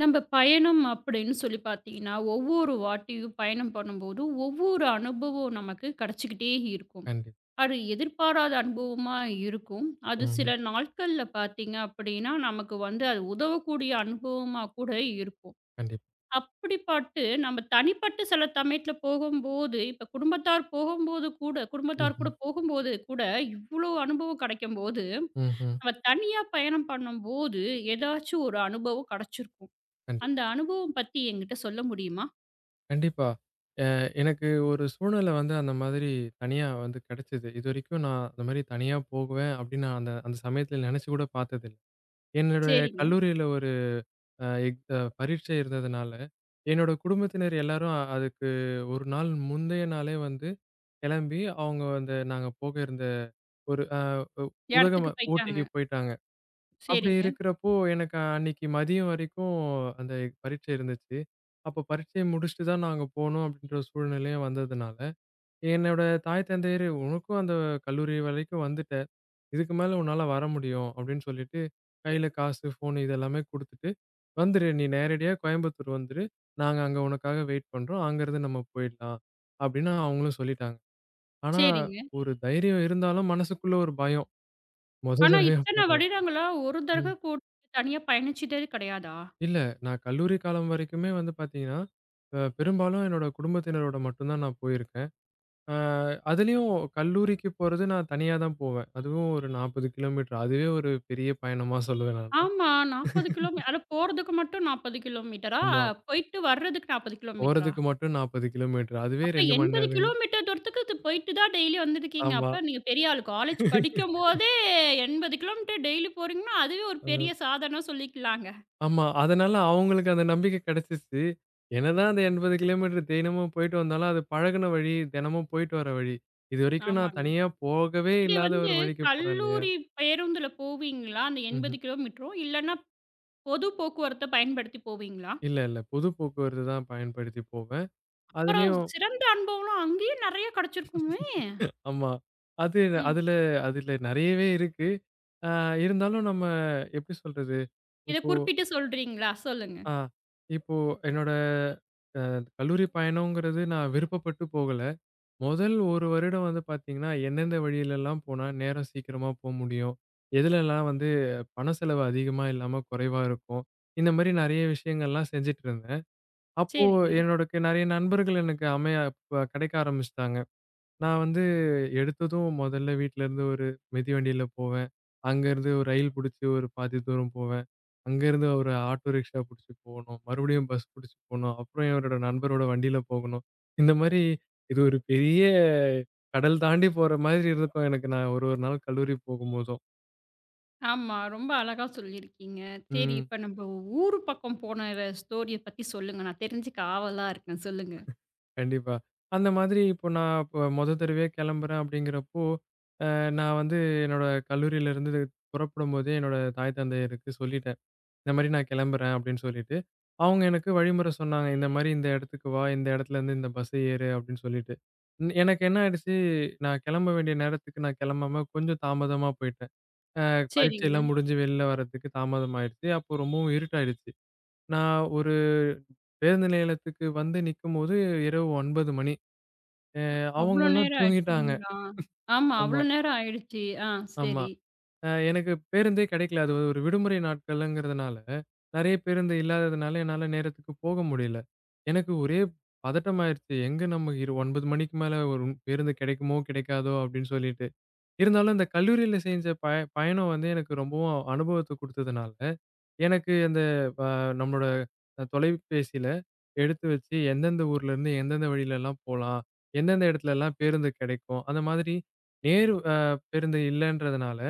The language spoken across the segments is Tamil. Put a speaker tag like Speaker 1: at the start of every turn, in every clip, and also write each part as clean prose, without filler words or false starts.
Speaker 1: நம்ம பயணம் அப்படின்னு சொல்லி பார்த்தீங்கன்னா, ஒவ்வொரு வாட்டியும் பயணம் பண்ணும்போது, ஒவ்வொரு அனுபவம் நமக்கு கிடைச்சுக்கிட்டே இருக்கும்.
Speaker 2: கண்டிப்
Speaker 1: அது எதிர்பாராத அனுபவமா இருக்கும். அது
Speaker 2: ம்ஹ்ம்.
Speaker 1: சில நாட்கள்ல பார்த்தீங்க அப்படின்னா, நமக்கு வந்து அது உதவக்கூடிய அனுபவமா கூட இருக்கும்.
Speaker 2: கண்டிப்
Speaker 1: அப்படி பட்டு நம்ம தனிப்பட்ட சில சமயத்துல போகும்போது, இப்ப குடும்பத்தார்
Speaker 2: ம்ஹ்ம்.
Speaker 1: கூட போகும்போது கூட இவ்வளோ அனுபவம் கிடைக்கும்போது,
Speaker 2: ம்ஹ்ம்.
Speaker 1: நம்ம தனியா பயணம் பண்ணும்போது ஏதாச்சும் ஒரு அனுபவம் கிடைச்சிருக்கும்.
Speaker 2: கண்டிப்
Speaker 1: அந்த அனுபவம் பத்தி என்கிட்ட சொல்ல முடியுமா?
Speaker 2: கண்டிப்பா. அ எனக்கு ஒரு சூழ்நிலை வந்து அந்த மாதிரி தனியா வந்து கிடைச்சது. இதுவரைக்கும் நான் அந்த மாரி தனியா போகுவேன் அப்படின்னு நான் அந்த அந்த சமயத்துல நினைச்சு கூட பார்த்ததில்ல. என்னுடைய
Speaker 1: சரிங்க.
Speaker 2: கல்லூரியில ஒரு அ எக் அ பரீட்சை இருந்ததுனால, என்னோட குடும்பத்தினர் எல்லாரும் அதுக்கு 1 நாள் முந்தைய நாளே வந்து கிளம்பி, அவங்க அந்த நாங்க போக இருந்த ஒரு
Speaker 1: இடத்துக்கு
Speaker 2: உதகம ஊட்டிக்கு
Speaker 1: போயிட்டாங்க.
Speaker 2: போயிட்டாங்க. அப்படி
Speaker 1: சரிங்க,
Speaker 2: இருக்கிறப்போ, எனக்கு அன்னைக்கு மதியம் வரைக்கும் அந்த பரீட்சை இருந்துச்சு. அப்போ பரீட்சைய முடிச்சுட்டு தான் நாங்க போணும் அப்படின்ற ஒரு சூழ்நிலையும் வந்ததுனால, என்னோட தாய் தந்தையர் "உனக்கும் அந்த கல்லூரி வரைக்கும் வந்துட்ட. இதுக்கு மேல உன்னால வர முடியும்" அப்படின்னு சொல்லிட்டு, கையில காசு, ஃபோன் இது எல்லாமே குடுத்துட்டு, "வந்துரு நீ நேரடியா கோயம்புத்தூர் வந்துரு. நாங்க அங்க உனக்காக வெயிட் பண்றோம். அங்கருந்து நம்ம போயிடலாம்" அப்படின்னு அவங்களும் சொல்லிட்டாங்க. ஆனா,
Speaker 1: சரிங்க.
Speaker 2: ஒரு தைரியம் இருந்தாலும் மனசுக்குள்ள ஒரு பயம். மொத
Speaker 1: ஆனா
Speaker 2: தடவையா
Speaker 1: இத்தன
Speaker 2: போறோம்.
Speaker 1: வருடங்களா ஒரு தடவ
Speaker 2: ம்.
Speaker 1: கூட தனியா பயணிச்சதே கிடையாதா?
Speaker 2: இல்ல. நான் கல்லூரி காலம் வரைக்குமே வந்து பார்த்தீங்கன்னா, பெரும்பாலும் என்னோட குடும்பத்தினரோட மட்டும் தான் நான் போயிருக்கேன். அ அதுலயும் கல்லூரிக்கு போறது நான் தனியா தான் போவேன். அதுவும் ஒரு 40 கிலோமீட்டர். அதுவே ஒரு பெரிய பயணமா சொல்லுவேன் நானு.
Speaker 1: ஆமா. 40 கிலோமீ அது போறதுக்கு மட்டும் 40 கிலோமீட்டரா?
Speaker 2: ஆமா.
Speaker 1: போயிட்டு வர்றதுக்கு 40 கிலோமீட்டரா?
Speaker 2: போறதுக்கு மட்டும் 40 கிலோமீட்டர். அதுவே
Speaker 1: அப்ப
Speaker 2: 2 மணி
Speaker 1: 80
Speaker 2: நேரம்.
Speaker 1: கிலோமீட்டர் தூரத்துக்கு இது போயிட்டு தான் டெய்லி வந்திருக்கீங்க.
Speaker 2: ஆமா.
Speaker 1: அப்ப நீங்க பெரிய ஆளு. காலேஜ் படிக்கும்போதே 80 கிலோமீட்டர் டெய்லி போறீங்கன்னா, அதுவே ஒரு பெரிய
Speaker 2: அ
Speaker 1: சாதனை சொல்லிக்கலாங்க.
Speaker 2: ஆமா. அதனால அவங்களுக்கு அந்த நம்பிக்கை கிடைச்சிச்சு. என்னதான் அந்த 80 கிலோமீட்டர் தினமும் போயிட்டு வந்தாலும், அது பழகுன வழி, தினமும் போயிட்டு வர வழி. இதுவரைக்கும் நான்
Speaker 1: ஆமாங்க.
Speaker 2: தனியா போகவே
Speaker 1: இது
Speaker 2: இல்லாத
Speaker 1: வந்து
Speaker 2: ஒரு வழிக்கு போறேன் இல்லையா?
Speaker 1: கல்லூரி பேருந்துல போவீங்களா? அந்த
Speaker 2: ம்ஹ்ம்.
Speaker 1: 80 கிலோமீட்டரும். இல்லன்னா பொது போக்குவரத்த பயன்படுத்தி போவீங்களா?
Speaker 2: இல்ல, இல்ல. பொது போக்குவரத்து தான் பயன்படுத்தி போவேன்.
Speaker 1: அப்புறம்
Speaker 2: அதுலயும்
Speaker 1: சிறந்த அனுபவம்லாம் அங்கேயும் நெறைய கிடைச்சிருக்குமே!
Speaker 2: ஆமா. அது
Speaker 1: ம்.
Speaker 2: அதுல அதுல நெறையவே இருக்கு. அ இருந்தாலும் நம்ம எப்படி சொல்றது?
Speaker 1: இத
Speaker 2: இப்போ
Speaker 1: குறிப்பிட்டு சொல்றீங்களா? சொல்லுங்க.
Speaker 2: ஆ இப்போ என்னோட அ கல்லூரி பயணம்ங்கிறது நான் விருப்பப்பட்டு போகல. முதல் 1 வருடம் வந்து பார்த்தீங்கன்னா, எந்தெந்த வழியிலலாம் போனா நேரம் சீக்கிரமா போ முடியும்? எதுலலாம் வந்து பண செலவு அதிகமா இல்லாம குறைவா இருக்கும்? இந்த மாரி நெறைய விஷயங்கள்லாம் செஞ்சுட்டு இருந்தேன். அப்போ
Speaker 1: சரிங்க.
Speaker 2: என்னோட நெறைய நண்பர்கள் எனக்கு அமைய கிடைக்க ஆரம்பிச்சுட்டாங்க. நான் வந்து எடுத்ததும் மொதல்ல வீட்லருந்து ஒரு மிதிவண்டியில போவேன். அங்கருந்து ஒரு ரயில் புடிச்சு ஒரு பாதி தூரம் போவேன். அங்கருந்து ஒரு ஆட்டோ ரிக்ஷா புடிச்சு போணும். மறுபடியும் பஸ் புடிச்சு போணும். அப்புறம் என்னோட நண்பரோட வண்டியில போகணும். இந்த மாரி இது ஒரு பெரிய கடல் தாண்டி போற மாதிரி இருக்கும் எனக்கு நான் ஒரு ஒரு நாள் கல்லூரி போகும்போதும்.
Speaker 1: ஆமா. ரொம்ப அழகா சொல்லியிருக்கீங்க. சரி
Speaker 2: ம்.
Speaker 1: இப்ப நம்ம ஊரு பக்கம் போன ஸ்டோரிய பத்தி சொல்லுங்க. நான் தெரிஞ்சுக்க ஆவலா இருக்கேன். சொல்லுங்க.
Speaker 2: கண்டிப்பா. அந்த மாதிரி இப்போ நான் இப்ப மொத தடவையா கிளம்புறேன் அப்படிங்கிறப்போ, நான் வந்து என்னோட கல்லூரியிலருந்து புறப்படும்போதே என்னோட தாய் தந்தையருக்கு சொல்லிட்டேன். இந்த மாரி நான் கிளம்புறேன் அப்படின்னு சொல்லிட்டு, அவங்க எனக்கு வழிமுறை சொன்னாங்க. இந்த மாரி இந்த இடத்துக்கு வா, இந்த இடத்துலருந்து இந்த பஸ் ஏறு அப்படின்னு சொல்லிட்டு. எனக்கு என்ன ஆயிடுச்சு, நான் கிளம்ப வேண்டிய நேரத்துக்கு நான் கிளம்பாம கொஞ்சம் தாமதமா போயிட்டேன். அ
Speaker 1: சரிங்க.
Speaker 2: பரீட்சைலாம் முடிஞ்சு வெளில வரதுக்கு தாமதம் ஆயிடுச்சு. அப்போ ரொம்பவும் இருட்டாயிடுச்சு. நான் ஒரு பேருந்து நிலையத்துக்கு வந்து நிக்கும்போது இரவு 9 மணி. அ
Speaker 1: அவ்ளோ
Speaker 2: அவங்கலாம்
Speaker 1: நேரம்
Speaker 2: தூங்கிட்டாங்க.
Speaker 1: ஆயிடுச்சுங்களா? ஆமா.
Speaker 2: ஆமா,
Speaker 1: அவ்ளோ நேரம் ஆயிடுச்சு. ஆ
Speaker 2: ஆமா.
Speaker 1: சரி.
Speaker 2: எனக்கு பேருந்தே கிடைக்கல. அது ஒரு விடுமுறை நாட்கள்ங்கிறதுனால, நெறைய பேருந்து இல்லாததுனால என்னால நேரத்துக்கு போக முடியல. எனக்கு ஒரே பதட்டமாயிருச்சு. எங்க நம்ம 9 மணிக்கு மேல ஒரு பேருந்து கிடைக்குமோ, கிடைக்காதோ அப்படின்னு சொல்லிட்டு. இருந்தாலும் இந்த கல்லூரியில செஞ்ச பயணம் வந்து எனக்கு ரொம்பவும் அனுபவத்த குடுத்ததுனால, எனக்கு அந்த அ நம்மளோட தொலைபேசியில எடுத்து வச்சு எந்தெந்த ஊர்லேருந்து எந்தெந்த வழியிலலாம் போலாம், எந்தெந்த இடத்துலலாம் பேருந்து கிடைக்கும், அந்த மாதிரி நேரு அ பேருந்து இல்லன்றதுனால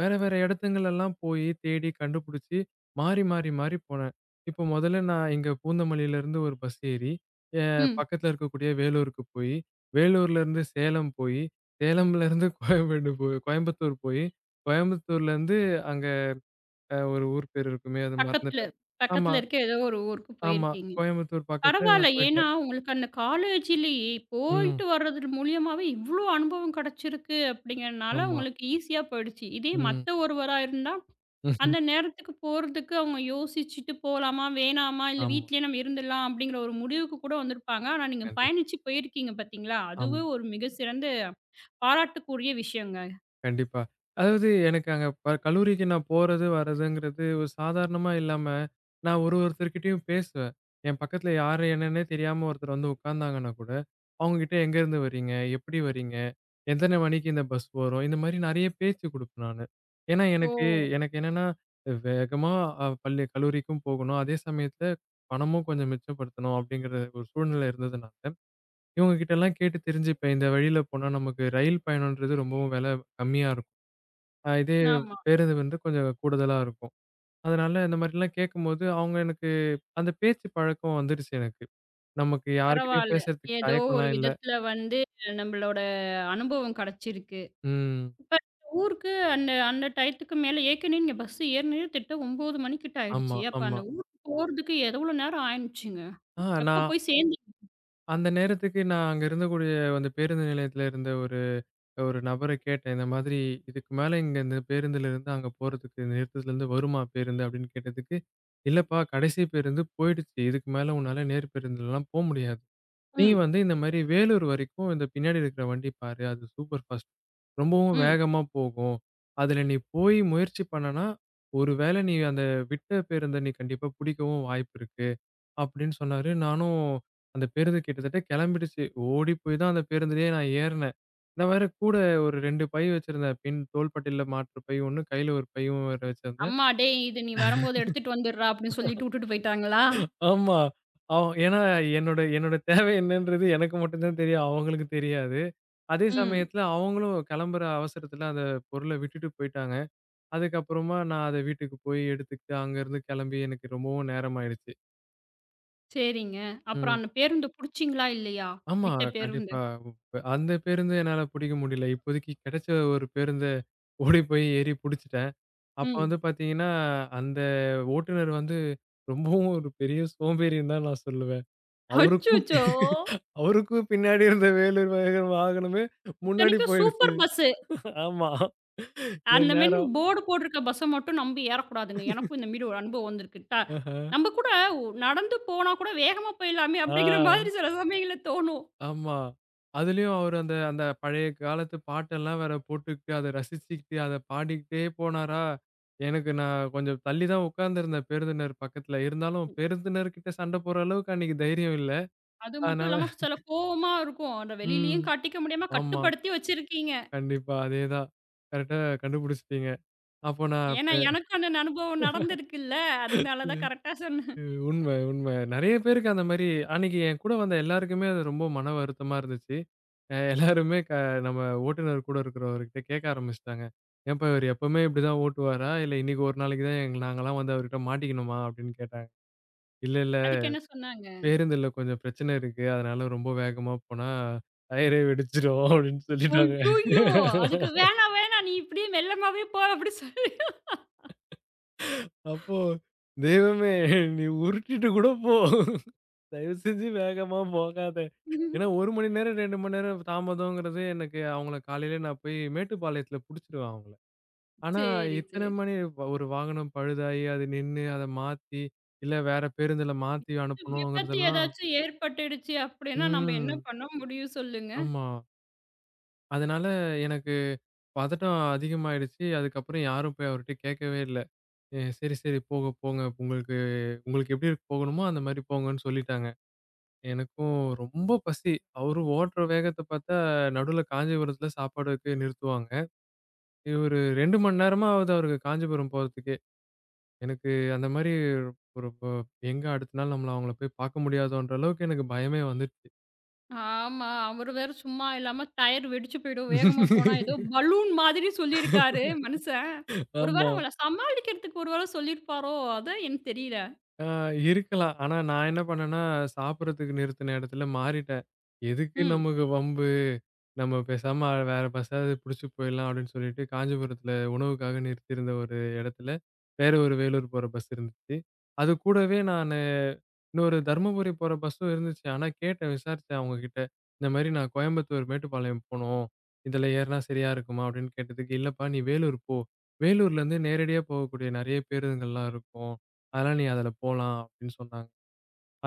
Speaker 2: வேற, வேற இடத்துங்களெல்லாம் போயி, தேடி கண்டுபுடிச்சு, மாறி, மாறி, மாறி போனேன். இப்போ மொதல்ல நான் இங்க பூந்தமல்லியிலருந்து ஒரு பஸ் ஏறி, எ
Speaker 1: ம்.
Speaker 2: பக்கத்துல இருக்கக்கூடிய வேலூருக்கு போயி, வேலூர்லருந்து சேலம் போயி, சேலம்லருந்து கோயம்பேடு போய் கோயம்புத்தூர் போயி, கோயம்புத்தூர்லருந்து அங்க ஒரு ஊர் பேர் இருக்குமே, அது
Speaker 1: பக்கத்துல
Speaker 2: மறந்துட்டேன். ஆமா,
Speaker 1: பக்கத்துல இருக்க ஏதோ ஒரு ஊருக்கு
Speaker 2: ஆமா.
Speaker 1: போயிருக்கீங்க.
Speaker 2: கோயம்புத்தூர் பக்கத்துல
Speaker 1: பரவால்ல.
Speaker 2: நான்
Speaker 1: ஏன்னா,
Speaker 2: போயிட்டேன்.
Speaker 1: உங்களுக்கு அந்த காலேஜ்லயே
Speaker 2: ம்.
Speaker 1: போயிட்டு வர்றது மூலியமாவே இவ்ளோ அனுபவம் கிடைச்சிருக்கு அப்படிங்கிறனால
Speaker 2: ஆமா.
Speaker 1: உங்களுக்கு ஈஸியா போயிடுச்சு. இதே
Speaker 2: ம்.
Speaker 1: மத்த ஒருவரா இருந்தா, அந்த நேரத்துக்கு போறதுக்கு அவங்க யோசிச்சுட்டு போலாமா, வேணாமா, இல்ல
Speaker 2: ஆமா.
Speaker 1: வீட்லயே நம்ம இருந்துடலாம் அப்படிங்கிற ஒரு முடிவுக்கு கூட வந்திருப்பாங்க. ஆனா நீங்க
Speaker 2: கண்டிப்பா.
Speaker 1: பயணிச்சு போயிருக்கீங்க பார்த்தீங்களா?
Speaker 2: ஆமா.
Speaker 1: அதுவே ஒரு மிக சிறந்த பாராட்டக்கூடிய விஷயங்க.
Speaker 2: கண்டிப்பா. அதாவது எனக்கு அங்க கல்லூரிக்கு நான் போறது, வரதுங்கிறது ஒரு சாதாரணமா இல்லாம, நான் ஒரு ஒருத்தர்கிட்டயும் பேசுவேன். என் பக்கத்துல யாரு என்னன்னே தெரியாம ஒருத்தர் வந்து உட்கார்ந்தாங்கன்னா கூட, அவங்ககிட்ட எங்கேருந்து வரீங்க? எப்படி வரீங்க? எத்தன மணிக்கு இந்த பஸ் வரும்? இந்த மாரி நெறைய பேச்சு குடுப்பேன் நானு. ஏன்னா
Speaker 1: ஓ!
Speaker 2: எனக்கு எனக்கு என்னன்னா, வேகமா பள்ளி கல்லூரிக்கும் போகணும். அதே சமயத்துல பணமும் கொஞ்சம் மிச்சப்படுத்தணும் அப்படிங்கிற ஒரு சூழ்நிலை இருந்ததுனால, இவங்க கிட்டலாம் கேட்டு தெரிஞ்சுப்பேன். இந்த வழியில போனா நமக்கு ரயில் பயணம்ன்றது ரொம்பவும் விலை கம்மியா இதே
Speaker 1: ஆமா.
Speaker 2: பேருந்து வந்து கொஞ்சம் கூடுதலா இருக்கும். அதனால இந்த மாரிலாம் கேட்கும்போது, அவங்க எனக்கு அந்த பேச்சு பழக்கம் வந்துடுச்சு எனக்கு. நமக்கு யார்கிட்டயும்
Speaker 1: பரவால்ல.
Speaker 2: பேசுறதுக்கு
Speaker 1: ஏதோ ஒரு
Speaker 2: தயக்கம்லாம் இல்ல.
Speaker 1: விதத்துல வந்து நம்மளோட அனுபவம் கிடைச்சிருக்கு.
Speaker 2: ம்.
Speaker 1: இப்ப ஊருக்கு அந்த அந்த டயத்துக்கு மேல ஏற்கனவே நீங்க பஸ் ஏறினதே திட்ட 9 மணிக்கிட்ட
Speaker 2: ஆமா,
Speaker 1: ஆயிடுச்சு. அப்ப
Speaker 2: ஆமா.
Speaker 1: அந்த ஊருக்கு போறதுக்கு எவ்வளோ நேரம் ஆயிருச்சுங்க?
Speaker 2: ஆ
Speaker 1: எப்ப
Speaker 2: நான்
Speaker 1: போய் சேர்ந்தீங்க?
Speaker 2: அந்த நேரத்துக்கு நான் அங்க இருந்தக்கூடிய அந்த பேருந்து நிலையத்துல இருந்த ஒரு ஒரு நபர கேட்டேன். இந்த மாதிரி இதுக்கு மேல இங்க இந்த பேருந்துலருந்து அங்க போறதுக்கு இந்த நிறுத்தத்துலருந்து வருமா பேருந்து அப்படின்னு கேட்டதுக்கு, "இல்லப்பா கடைசி பேருந்து போயிடுச்சு. இதுக்கு மேல உன்னால நேர் பேருந்துலலாம் போ முடியாது." நீ
Speaker 1: ம்,
Speaker 2: வந்து இந்த மாரி வேலூர் வரைக்கும் இந்த பின்னாடி இருக்கிற வண்டி பாரு. அது சூப்பர் ஃபாஸ்ட். ரொம்பவும்
Speaker 1: ம்.
Speaker 2: வேகமா போகும். அதுல நீ போய் முயற்சி பண்ணனா, ஒரு வேளை நீ அந்த விட்ட பேருந்த நீ கண்டிப்பா பிடிக்கவும் வாய்ப்பு இருக்கு. அப்படின்னு சொன்னாரு. நானும் அந்த பேருந்து கிட்டத்தட்ட கிளம்பிடுச்சு. ஓடி போய் தான் அந்த பேருந்துலயே நான் ஏறுனேன். நான் வேற கூட ஒரு 2 பை வச்சிருந்தேன். பின் தோள்பட்டையில மாற்று பை ஒண்ணு, கையில ஒரு பையும் வேற வச்சிருந்தேன்.
Speaker 1: அம்மா டேய் இது நீ வரும்போது எடுத்துட்டு வந்துடுறா அப்படின்னு சொல்லிட்டு வுட்டுட்டு போயிட்டாங்களா?
Speaker 2: ஆமா. ஏன்னா என்னோட என்னோட தேவை என்னன்றது எனக்கு மட்டும் தான் தெரியும். அவங்களுக்கு தெரியாது. அதே
Speaker 1: ம்.
Speaker 2: சமயத்துல அவங்களும் கிளம்புற அவசரத்துல அந்த பொருள விட்டுட்டு போயிட்டாங்க. அதுக்கப்புறமா நான் அத வீட்டுக்கு போய் எடுத்துக்கிட்டு அங்கருந்து கிளம்பி எனக்கு ரொம்பவும் நேரம் ஆயிடுச்சு.
Speaker 1: சரிங்க. அப்புறம்
Speaker 2: ம்.
Speaker 1: அந்த பேருந்த புடிச்சீங்களா இல்லையா?
Speaker 2: ஆமா,
Speaker 1: விட்ட பேருந்த?
Speaker 2: கண்டிப்பா. அந்த பேருந்து என்னால புடிக்க முடியல. இப்போதைக்கு கிடைச்ச ஒரு பேருந்த ஓடி போய் ஏறி புடிச்சுட்டேன். அப்ப
Speaker 1: ம்.
Speaker 2: வந்து பார்த்தீங்கன்னா, அந்த ஓட்டுநர் வந்து ரொம்பவும் ஒரு பெரிய சோம்பேறின்னு தான் நான் சொல்லுவேன். அவருக்கும் பி-
Speaker 1: அச்சச்சோ!
Speaker 2: அவருக்கும் பின்னாடி இருந்த வேலூர் வேகன் வாகனமே முன்னாடி
Speaker 1: இத்தனைக்கும்
Speaker 2: போயிடுச்சு.
Speaker 1: Super bus.
Speaker 2: ஆமா. என்
Speaker 1: அந்த மாரி
Speaker 2: நேரம்.
Speaker 1: போர்டு போட்டிருக்க பஸ்ஸ மட்டும் நம்பி ஏறக்கூடாதுங்க. எனக்கும் இந்த மாரி ஒரு அனுபவம் வந்திருக்கு. நம்ம கூட நடந்து போனா கூட வேகமா போயிடலாமே
Speaker 2: ஆ.
Speaker 1: அப்படிங்கிற மாதிரி சில சமயங்கள்ல தோணும்.
Speaker 2: ஆமா. அதுலயும் அவரு அந்த அந்த பழைய காலத்து பாட்டெல்லாம் வேற போட்டுக்கிட்டு, அத ரசிச்சுக்கிட்டு, அத பாடிக்கிட்டே போனாரா, எனக்கு நான் கொஞ்சம் தள்ளி தான் உட்கார்ந்திருந்தேன் பேருந்தினர் பக்கத்துல. இருந்தாலும் பேருந்தினர்கிட்ட சண்டை போடுற அளவுக்கு அன்னைக்கு தைரியம் இல்ல.
Speaker 1: அது மட்டும்
Speaker 2: அதனால
Speaker 1: இல்லாம சில கோவமா இருக்கும். அத
Speaker 2: ம்.
Speaker 1: வெளியிலயும் காட்டிக்க முடியாம
Speaker 2: ஆமா.
Speaker 1: கட்டுப்படுத்தி வச்சிருக்கீங்க.
Speaker 2: கண்டிப்பா. அதேதான். கரெக்ட்டா கண்டுபிடிச்சுட்டீங்க. அப்போ நான் அப்ப
Speaker 1: ஏன்னா எனக்கும் அந்த அனுபவம் நடந்திருக்குல்ல. அதனால தான் கரெக்ட்டா சொன்னேன்.
Speaker 2: ம். உண்மை, உண்மை. நெறைய பேருக்கு அந்த மாரி அன்னைக்கு என் கூட வந்த எல்லாருக்குமே அது ரொம்ப மன வருத்தமா இருந்துச்சு. எல்லாருமே நம்ம ஓட்டுநர் கூட இருக்கிறவர்கிட்ட கேட்க ஆரம்பிச்சுட்டாங்க. "ஏன்பா இவரு எப்பவுமே இப்படிதான் ஓட்டுவாரா? இல்ல இன்னைக்கு ஒரு நாளைக்கு தான் நாங்கலாம் வந்து அவர்கிட்ட மாட்டிக்கணுமா?" அப்படின்னு கேட்டாங்க. "இல்ல, இல்ல.
Speaker 1: அதுக்கு என்ன சொன்னாங்க?
Speaker 2: பேருந்துல கொஞ்சம் பிரச்சனை இருக்கு. அதனால ரொம்ப வேகமா போனா டயரே வெடிச்சிரும்" அப்படின்னு சொல்லிட்டாங்க.
Speaker 1: ஐய்யய்யோ! அதுக்கு "வேணா வேணாம் நீ இப்படியே மெல்லமாவே போ" அப்படி சொல்லி
Speaker 2: அப்போ தெய்வமே! நீ உருட்டிட்டு கூட போ. தயவு செஞ்சு வேகமா போகாத.
Speaker 1: ம்,
Speaker 2: ஏன்னா 1 மணி நேரம், 2 மணி நேரம் தாமதம்ங்கிறது எனக்கு அவங்கள காலையில நான் போய் மேட்டுப்பாளையத்துல புடிச்சுருவேன் அவங்கள. ஆனா
Speaker 1: சரி,
Speaker 2: இத்தன
Speaker 1: சரி.
Speaker 2: மணி ஒரு வாகனம் பழுதாகி, அது நின்னு, அத மாத்தி, இல்ல வேற பேருந்துல மாத்தி
Speaker 1: விபத்து
Speaker 2: அனுப்பணுங்கிறதெல்லாம்
Speaker 1: ஏதாச்சும் ஏற்பட்டுடுச்சு அப்படின்னா நம்ம என்ன
Speaker 2: ம்.
Speaker 1: பண்ண முடியும் சொல்லுங்க?
Speaker 2: ஆமா. அதனால எனக்கு பதட்டம் அதிகமாயிடுச்சு. அதுக்கப்புறம் யாரும் போய் அவர்ட்ட கேட்கவே இல்ல. "சரி, சரி போங்க, போங்க. உங்களுக்கு உங்களுக்கு எப்படி போகணுமோ அந்த மாரி போங்கன்னு" சொல்லிட்டாங்க. எனக்கும் ரொம்ப பசி. அவரு ஓடுற வேகத்த பார்த்தா, நடுவுல காஞ்சிபுரத்துல சாப்பாடுக்கு நிறுத்துவாங்க. இவரு 2 மணி நேரமா ஆகுது அவருக்கு காஞ்சிபுரம் போறதுக்கே. எனக்கு அந்த மாரி ஒரு ப எங்க அடுத்த நாள் நம்மள அவங்கள போய் பார்க்க முடியாதோன்ற அளவுக்கு எனக்கு பயமே வந்துருச்சு.
Speaker 1: ஆமா. அவரு வேற சும்மா இல்லாம டயர் வெடிச்சு போயிடும். வேகமா போனா ஏதோ பலூன் மாதிரி சொல்லியிருக்காரு மனுசன். ஒரு வேள
Speaker 2: ஆமா.
Speaker 1: அவங்கள சமாளிக்கிறதுக்கு ஒரு வேள சொல்லியிருப்பாரோ? அதான் எனக்கு தெரியல.
Speaker 2: ஆ இருக்கலாம். ஆனா நான் என்ன பண்ணேன்னா, சாப்பிடுறதுக்கு நிறுத்தின இடத்துல மாறிட்டேன். எதுக்கு
Speaker 1: ம்.
Speaker 2: நமக்கு வம்பு? நம்ம பேசாம வேற பஸ்ஸாவது புடிச்சு போயிடலாம் அப்படின்னு சொல்லிட்டு, காஞ்சிபுரத்தில உணவுக்காக நிறுத்தியிருந்த ஒரு இடத்துல, வேற ஒரு வேலூர் போற பஸ் இருந்துச்சு. அது கூடவே நானு இன்னொரு தர்மபுரி போற பஸ்ஸும் இருந்துச்சு. ஆனா கேட்டேன், விசாரிச்சேன் அவங்ககிட்ட. இந்த மாரி நான் கோயம்புத்தூர் மேட்டுப்பாளையம் போணும். இதில ஏறுனா சரியா இருக்குமா? அப்படின்னு கேட்டதுக்கு, இல்லப்பா நீ வேலூர் போ. வேலூர்லேருந்து நேரடியா போகக்கூடிய நெறைய பேருந்துங்கள்லாம் இருக்கும். அதனால நீ அதுல போலாம் அப்படின்னு சொன்னாங்க.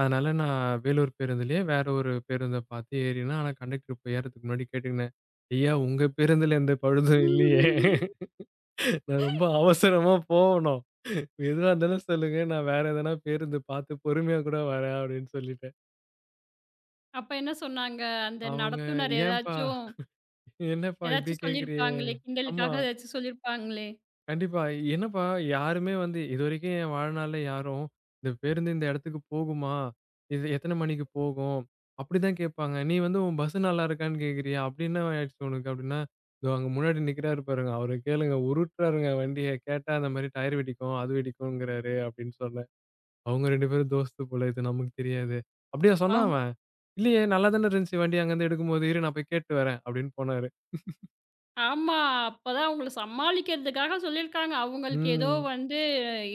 Speaker 2: அதனால நான் வேலூர் பேருந்துலயே வேற ஒரு பேருந்த பார்த்து ஏறினேன். ஆனா கண்டக்டர் இப்ப ஏறதுக்கு முன்னாடி கேட்டுக்கினேன். ஐயா உங்க பேருந்துல எந்த பழுதும் இல்லையே. நான் ரொம்ப அவசரமா போகணும். எதுவா இருந்தாலும் சொல்லுங்க. நான் வேற எதனா பேருந்து பார்த்து பொறுமையா கூட வரேன் அப்படின்னு சொல்லிட்டேன்.
Speaker 1: அப்ப என்ன சொன்னாங்க? அந்த
Speaker 2: அவங்க
Speaker 1: நடத்துனர்
Speaker 2: ஏன்பா
Speaker 1: ஏதாச்சும்
Speaker 2: என்னப்பா இப்படி
Speaker 1: ஏதாச்சும்
Speaker 2: கேட்கறியே?
Speaker 1: சொல்லியிருப்பாங்களே!
Speaker 2: ஆமா.
Speaker 1: கிண்டலுக்காக ஏதாச்சும் சொல்லியிருப்பாங்களே!
Speaker 2: கண்டிப்பா. என்னப்பா யாருமே வந்து இதுவரைக்கும் என் வாழ்நாள்ல யாரும், "இந்த பேருந்து இந்த இடத்துக்கு போகுமா? இது எத்தன மணிக்கு போகும்?" அப்படிதான் கேட்பாங்க. நீ வந்து உன் பஸ் நல்லாருக்கான்னு கேட்குறியா? அப்படி என்ன ஆயிடுச்சு உனக்கு? அப்படின்னா, "இதோ அங்க முன்னாடி நிக்கிறாரு பாருங்க, அவர கேளுங்க. உருட்டுறாருங்க வண்டிய. கேட்டா அந்த மாரி டயர் வெடிக்கும், அது வெடிக்கும்ங்கிறாரு" அப்படின்னு சொன்னேன். அவங்க 2 பேரும் தோஸ்து போல இது நமக்கு தெரியாது. அப்படியா சொன்னா
Speaker 1: ஆம்.
Speaker 2: அவன்? "இல்லையே நல்லா தானே இருந்துச்சு வண்டி அங்கருந்து எடுக்கும்போது. இரு நான் போய் கேட்டு வரேன்" அப்படின்னு போனாரு.
Speaker 1: ஆமா. அப்பதான் அவங்கள சமாளிக்கிறதுக்காக சொல்லியிருக்காங்க. அவங்களுக்கு ஏதோ
Speaker 2: ம்.
Speaker 1: வந்து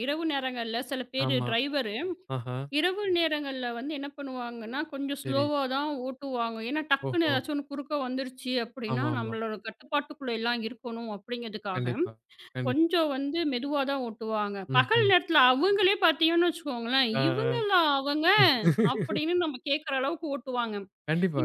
Speaker 1: இரவு நேரங்கள்ல சில பேரு
Speaker 2: ஆமா.
Speaker 1: டிரைவர்
Speaker 2: ஆஹா.
Speaker 1: இரவு நேரங்கள்ல வந்து என்ன பண்ணுவாங்கன்னா, கொஞ்சம்
Speaker 2: சரி.
Speaker 1: ஸ்லோவா தான் ஓட்டுவாங்க. ஏன்னா, டக்குன்னு
Speaker 2: ஓஹோ!
Speaker 1: ஏதாச்சும் ஒண்ணு குறுக்க வந்துருச்சு அப்படின்னா,
Speaker 2: ஆமாமா.
Speaker 1: நம்மளோட கட்டுப்பாட்டுக்குள்ள எல்லாம் இருக்கணும் அப்படிங்கிறதுக்காக,
Speaker 2: கண்டிப்பா. கண்டிப்
Speaker 1: கொஞ்சம் வந்து மெதுவா தான் ஓட்டுவாங்க. பகல்
Speaker 2: ம்ஹ்ம்.
Speaker 1: நேரத்துல அவங்களே பார்த்தீங்கன்னு வச்சுக்கோங்களேன்,
Speaker 2: ஆ, ஆ.
Speaker 1: "இவங்களா அவங்க?" அப்படின்னு நம்ம கேட்குற அளவுக்கு ஓட்டுவாங்க.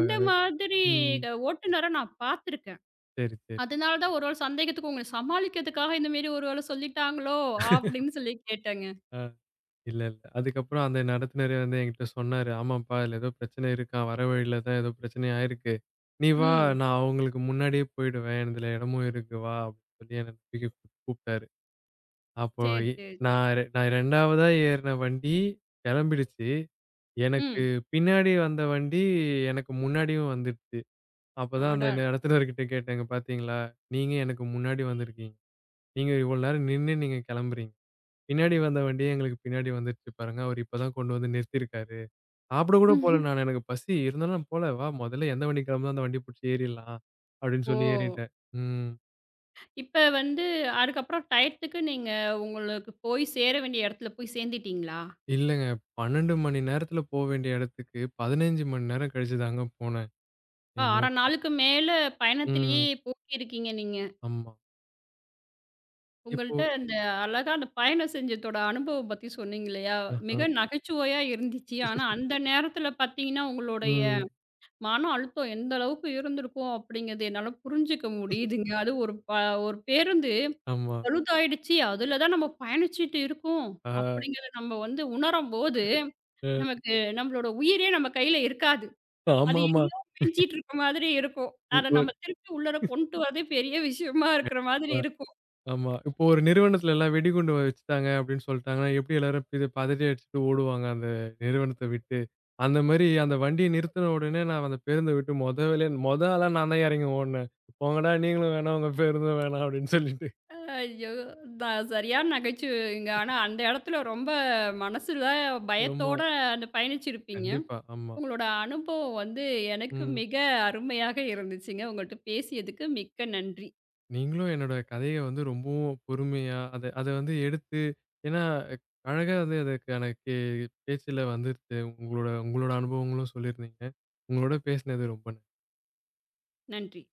Speaker 1: இந்த மாதிரி
Speaker 2: ம்.
Speaker 1: ஓட்டுநர நான் பார்த்துருக்கேன்.
Speaker 2: சரி, சரி.
Speaker 1: அதனால தான் ஒரு வேள சந்தேகத்துக்கு உங்கள சமாளிக்கிறதுக்காக இந்த மாரி ஒரு வேள சொல்லிட்டாங்களோ அப்படின்னு சொல்லி கேட்டேங்க.
Speaker 2: ஆ இல்ல, இல்ல. அதுக்கப்புறம் அந்த நடத்துனரே வந்து என்கிட்ட சொன்னாரு. "ஆமாப்பா, இதுல ஏதோ பிரச்சனை இருக்காம். வர வழியில தான் ஏதோ பிரச்சனை ஆயிருக்கு. நீ வா,
Speaker 1: ம்.
Speaker 2: நான் அவங்களுக்கு முன்னாடியே போயிடுவேன். இதுல இடமும் இருக்கு. வா" அப்படின்னு சொல்லி என்ன தூக்கி கூப்ட்டாரு. அப்போ
Speaker 1: சரி,
Speaker 2: எ
Speaker 1: சரி, சரி.
Speaker 2: நான் 2வதா ஏறுன வண்டி கிளம்பிடுச்சு. எனக்கு
Speaker 1: ம்.
Speaker 2: பின்னாடி வந்த வண்டி எனக்கு முன்னாடியும் வந்துடுச்சு. அப்பதான் அந்த
Speaker 1: அடடா!
Speaker 2: நடத்துனர்கிட்ட கேட்டேன். "இங்க பாத்தீங்களா? நீங்க எனக்கு முன்னாடி வந்திருக்கீங்க." நீங்க இவ்வளோ நேரம் நின்னு நீங்க கிளம்புறீங்க. பின்னாடி வந்த வண்டியே எங்களுக்கு பின்னாடி வந்துருச்சு பாருங்க. அவரு இப்ப தான் கொண்டு வந்து நிறுத்தியிருக்காரு. சாப்பிட கூட போல நானு. எனக்கு பசி இருந்தாலும் போல. வா முதல்ல எந்த வண்டி கிளம்புதோ அந்த வண்டி புடிச்சு ஏறிடலாம். அப்படின்னு
Speaker 1: ஓ!
Speaker 2: சொல்லி ஏறிட்டேன். ம்.
Speaker 1: இப்ப வந்து அதுக்கப்புறம் டயத்துக்கு நீங்க உங்களுக்கு போய் சேர வேண்டிய இடத்துல போய் சேர்ந்துட்டீங்களா?
Speaker 2: இல்லங்க. 12 மணி நேரத்துல போ வேண்டிய இடத்துக்கு 15 மணி நேரம் கழிச்சு தாங்க போனேன்.
Speaker 1: இப்ப
Speaker 2: என்ன
Speaker 1: 1/2 நாளுக்கு மேல பயணத்திலேயே
Speaker 2: ம்.
Speaker 1: போக்கியிருக்கீங்க நீங்க.
Speaker 2: ஆமா. இப்போ
Speaker 1: உங்கள்ட்ட அந்த அழகா அந்த பயணம் செஞ்சதோட அனுபவம் பத்தி சொன்னீங்க இல்லையா?
Speaker 2: ஆஹ.
Speaker 1: மிக நகைச்சுவையா இருந்துச்சு. ஆனா அந்த நேரத்துல பார்த்தீங்கன்னா, உங்களுடைய
Speaker 2: ம்.
Speaker 1: மன அழுத்தம் எந்த அளவுக்கு இருந்திருக்கும் அப்படிங்கிறது என்னால புரிஞ்சுக்க முடியுதுங்க. அது ஒரு ஒரு பேருந்து
Speaker 2: ஆமா.
Speaker 1: பழுதாயிடுச்சு. அதுல தான் நம்ம பயணிச்சுட்டு இருக்கோம்
Speaker 2: ஆ.
Speaker 1: அப்படிங்கிறத நம்ம வந்து உணரும்போது
Speaker 2: அ.
Speaker 1: நமக்கு நம்மளோட உயிரே நம்ம கையில இருக்காது. அது
Speaker 2: ஆமாமா.
Speaker 1: எங்கேயோ மேய்ஞ்சிட்டு இருக்க மாதிரி இருக்கும்.
Speaker 2: இ
Speaker 1: அத
Speaker 2: ஒரு
Speaker 1: நம்ம திருப்பி உள்ளார கொண்டு வரதே பெரிய விஷயமா இருக்கிற மாதிரி இருக்கும்.
Speaker 2: ஆமா. இப்போ ஒரு நிறுவனத்துல எல்லாம் வெடிகுண்டு வச்சுட்டாங்க அப்படின்னு சொல்லிட்டாங்கன்னா, எப்படி எல்லாரும் இது பதறி அடிச்சுட்டு ஓடுவாங்க அந்த நிறுவனத்த விட்டு. அந்த மாரி அந்த வண்டிய நிறுத்தின உடனே நான் அந்த பேருந்த விட்டு மொத வேலையா மொத ஆளா நான் தான் இறங்கி ஓடுனேன். போங்கடா நீங்களும் வேணாம், உங்க பேருந்தும் வேணாம் அப்படின்னு சொல்லிட்டு.
Speaker 1: ஐயோ! நான் சரியான நகைச்சுவைங்க. ஆனா அந்த இடத்துல ரொம்ப மனசுல
Speaker 2: ஆமா.
Speaker 1: பயத்தோட அந்த பயணிச்சிருப்பீங்க.
Speaker 2: கண்டிப்பா. ஆமா.
Speaker 1: உங்களோட அனுபவம் வந்து எனக்கு
Speaker 2: ம்.
Speaker 1: மிக அருமையாக இருந்துச்சுங்க. உங்கள்ட்ட பேசியதுக்கு மிக்க நன்றி.
Speaker 2: நீங்களும் என்னோட கதைய வந்து ரொம்பவும் பொறுமையா அத அத வந்து எடுத்து ஏன்னா அஹ், அழகா வந்து அதுக்கான பேச்சுல வந்துருச்சு. உங்களோட உங்களோட அனுபவங்களும் சொல்லியிருந்தீங்க. உங்களோட பேசினது ரொம்ப
Speaker 1: நன்றி.